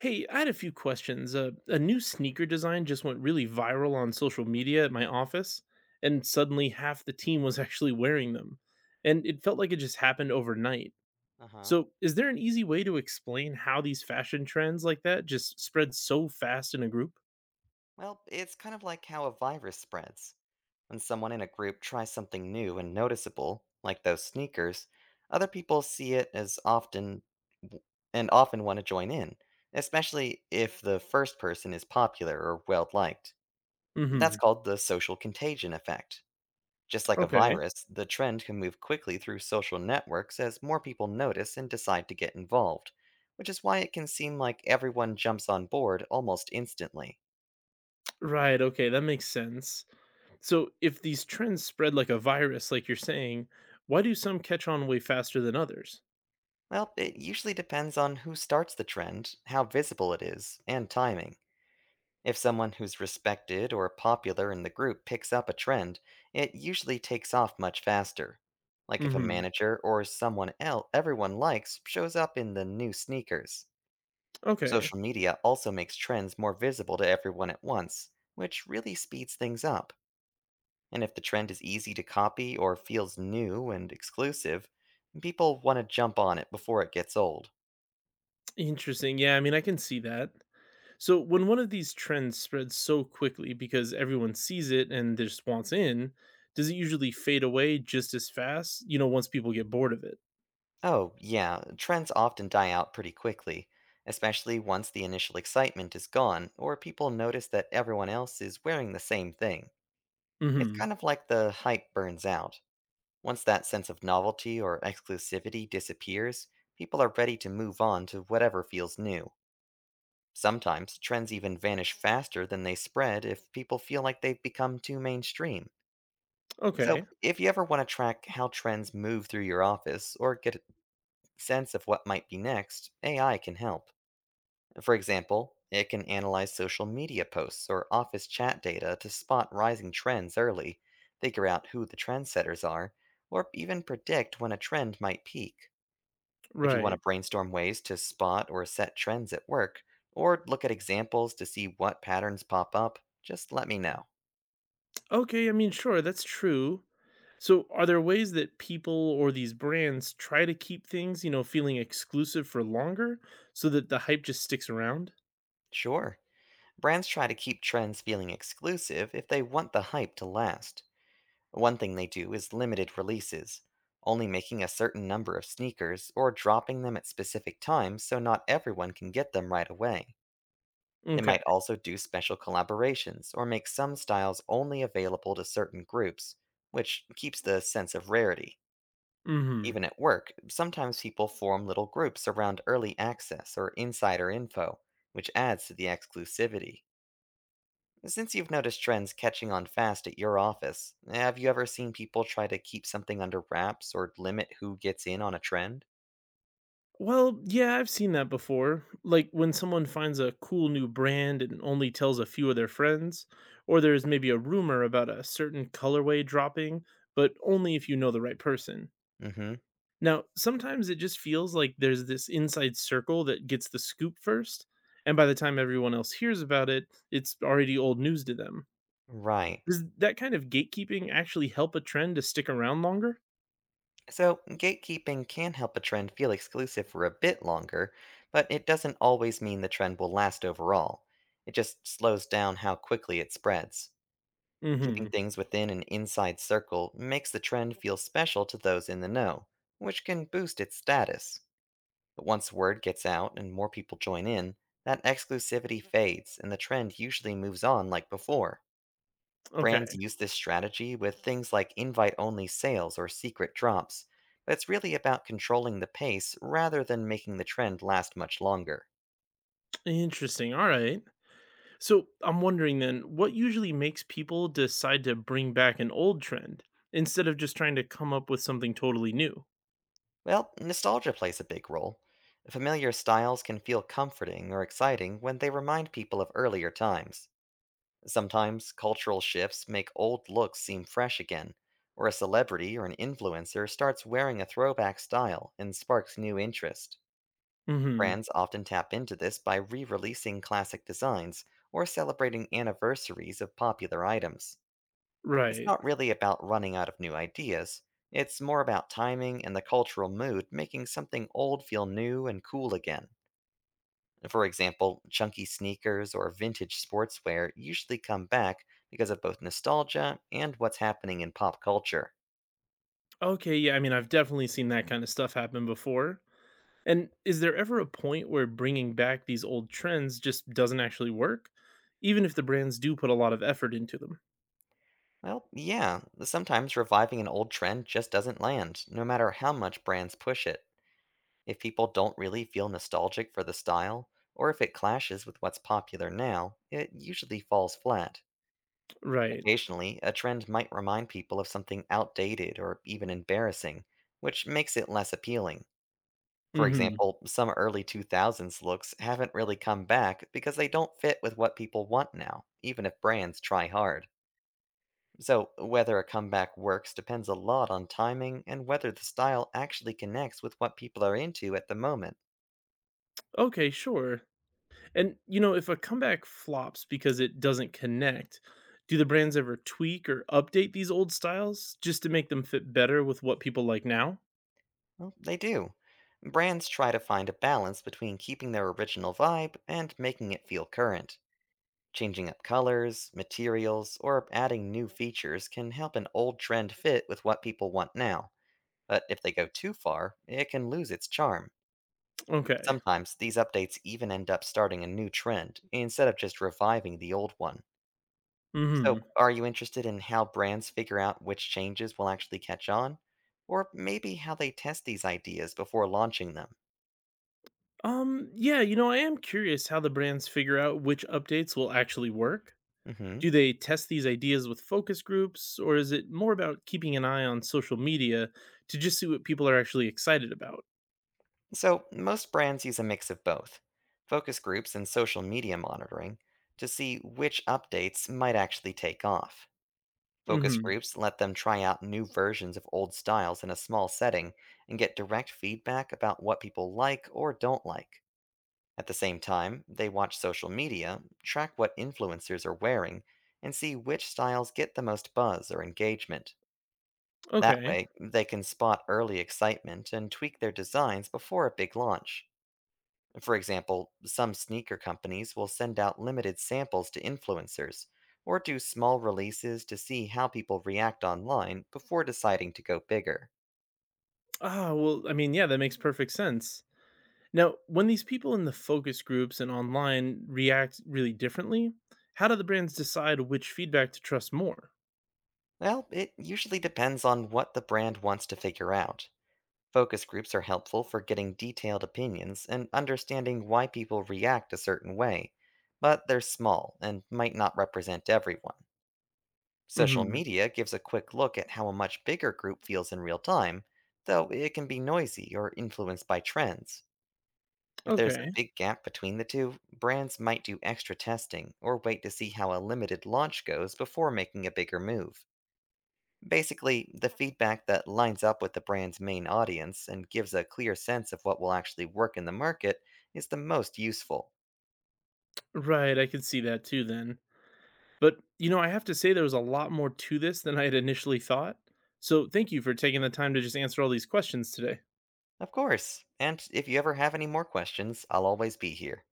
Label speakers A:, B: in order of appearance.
A: Hey, I had a few questions. A new sneaker design just went really viral on social media at my office, and suddenly half the team was actually wearing them. And it felt like it just happened overnight.
B: Uh-huh.
A: So, is there an easy way to explain how these fashion trends like that just spread so fast in a group?
B: Well, it's kind of like how a virus spreads. When someone in a group tries something new and noticeable, like those sneakers, other people see it as often w- and often want to join in, especially if the first person is popular or well liked. That's
A: Mhm.
B: called the social contagion effect. Just like a
A: Okay.
B: virus, the trend can move quickly through social networks as more people notice and decide to get involved, which is why it can seem like everyone jumps on board almost instantly.
A: Right, okay, that makes sense. So, if these trends spread like a virus like you're saying, why do some catch on way faster than others?
B: Well, it usually depends on who starts the trend, how visible it is, and timing. If someone who's respected or popular in the group picks up a trend, it usually takes off much faster. Like if a
A: Mhm.
B: manager or someone else everyone likes shows up in the new sneakers.
A: Okay.
B: Social media also makes trends more visible to everyone at once, which really speeds things up. And if the trend is easy to copy or feels new and exclusive, people want to jump on it before it gets old.
A: Interesting. Yeah, I mean, I can see that. So when one of these trends spreads so quickly because everyone sees it and just wants in, does it usually fade away just as fast? Once people get bored of it.
B: Oh, yeah, trends often die out pretty quickly, especially once the initial excitement is gone or people notice that everyone else is wearing the same thing. It's
A: Hmm.
B: kind of like the hype burns out. Once that sense of novelty or exclusivity disappears, people are ready to move on to whatever feels new. Sometimes trends even vanish faster than they spread if people feel like they've become too mainstream. So,
A: Okay.
B: if you ever want to track how trends move through your office or get a sense of what might be next, AI can help. For example, it can analyze social media posts or office chat data to spot rising trends early, figure out who the trendsetters are, or even predict when a trend might peak. If you want to
A: Right.
B: brainstorm ways to spot or set trends at work, or look at examples to see what patterns pop up, just let me know.
A: Okay. I mean, sure, that's true. So are there ways that people or these brands try to keep things, feeling exclusive for longer so that the hype just sticks around?
B: Sure, brands try to keep trends feeling exclusive if they want the hype to last. One thing they do is limited releases, only making a certain number of sneakers or dropping them at specific times so not everyone can get them right away. They
A: Okay.
B: might also do special collaborations or make some styles only available to certain groups, which keeps the sense of rarity.
A: Hmm.
B: Even at work, sometimes people form little groups around early access or insider info, which adds to the exclusivity. Since you've noticed trends catching on fast at your office, have you ever seen people try to keep something under wraps or limit who gets in on a trend?
A: Well, yeah, I've seen that before. Like when someone finds a cool new brand and only tells a few of their friends, or there's maybe a rumor about a certain colorway dropping, but only if you know the right person.
B: Mm hmm.
A: Now, sometimes it just feels like there's this inside circle that gets the scoop first, and by the time everyone else hears about it, it's already old news to them.
B: Right.
A: Does that kind of gatekeeping actually help a trend to stick around longer?
B: So, gatekeeping can help a trend feel exclusive for a bit longer, but it doesn't always mean the trend will last overall. It just slows down how quickly it spreads.
A: Mm
B: Keeping
A: hmm.
B: things within an inside circle makes the trend feel special to those in the know, which can boost its status. But once word gets out and more people join in, that exclusivity fades and the trend usually moves on like before.
A: Okay.
B: Brands use this strategy with things like invite only sales or secret drops, but it's really about controlling the pace rather than making the trend last much longer.
A: Interesting. All right. So I'm wondering then, what usually makes people decide to bring back an old trend instead of just trying to come up with something totally new?
B: Well, nostalgia plays a big role. Familiar styles can feel comforting or exciting when they remind people of earlier times. Sometimes cultural shifts make old looks seem fresh again, or a celebrity or an influencer starts wearing a throwback style and sparks new interest.
A: Hmm.
B: Brands often tap into this by re releasing classic designs or celebrating anniversaries of popular items. It's
A: Right.
B: not really about running out of new ideas, it's more about timing and the cultural mood making something old feel new and cool again. For example, chunky sneakers or vintage sportswear usually come back because of both nostalgia and what's happening in pop culture.
A: Okay. Yeah. I mean, I've definitely seen that kind of stuff happen before. And is there ever a point where bringing back these old trends just doesn't actually work, even if the brands do put a lot of effort into them?
B: Well, yeah, sometimes reviving an old trend just doesn't land, no matter how much brands push it. If people don't really feel nostalgic for the style, or if it clashes with what's popular now, it usually falls flat.
A: Right.
B: Occasionally, a trend might remind people of something outdated or even embarrassing, which makes it less appealing. For
A: Hmm.
B: example, some early 2000s looks haven't really come back because they don't fit with what people want now, even if brands try hard. So, whether a comeback works depends a lot on timing and whether the style actually connects with what people are into at the moment.
A: Okay. Sure. And, if a comeback flops because it doesn't connect, do the brands ever tweak or update these old styles just to make them fit better with what people like now?
B: Well, they do. Brands try to find a balance between keeping their original vibe and making it feel current. Changing up colors, materials, or adding new features can help an old trend fit with what people want now, but if they go too far, it can lose its charm.
A: Okay.
B: Sometimes these updates even end up starting a new trend instead of just reviving the old one. So,
A: Hmm.
B: are you interested in how brands figure out which changes will actually catch on? Or maybe how they test these ideas before launching them?
A: Yeah. I am curious how the brands figure out which updates will actually work.
B: Hmm.
A: Do they test these ideas with focus groups, or is it more about keeping an eye on social media to just see what people are actually excited about?
B: So, most brands use a mix of both focus groups and social media monitoring to see which updates might actually take off. Focus
A: Hmm.
B: groups let them try out new versions of old styles in a small setting and get direct feedback about what people like or don't like. At the same time, they watch social media, track what influencers are wearing, and see which styles get the most buzz or engagement. That
A: Okay.
B: way, they can spot early excitement and tweak their designs before a big launch. For example, some sneaker companies will send out limited samples to influencers or do small releases to see how people react online before deciding to go bigger.
A: Ah. Well. I mean, yeah, that makes perfect sense. Now, when these people in the focus groups and online react really differently, how do the brands decide which feedback to trust more?
B: Well, it usually depends on what the brand wants to figure out. Focus groups are helpful for getting detailed opinions and understanding why people react a certain way, but they're small and might not represent everyone. Social
A: Hmm.
B: media gives a quick look at how a much bigger group feels in real time, though it can be noisy or influenced by trends. If there's
A: Okay.
B: a big gap between the two, brands might do extra testing or wait to see how a limited launch goes before making a bigger move. Basically, the feedback that lines up with the brand's main audience and gives a clear sense of what will actually work in the market is the most useful.
A: Right. I could see that too then. But, I have to say there was a lot more to this than I had initially thought. So thank you for taking the time to just answer all these questions today.
B: Of course, and if you ever have any more questions, I'll always be here.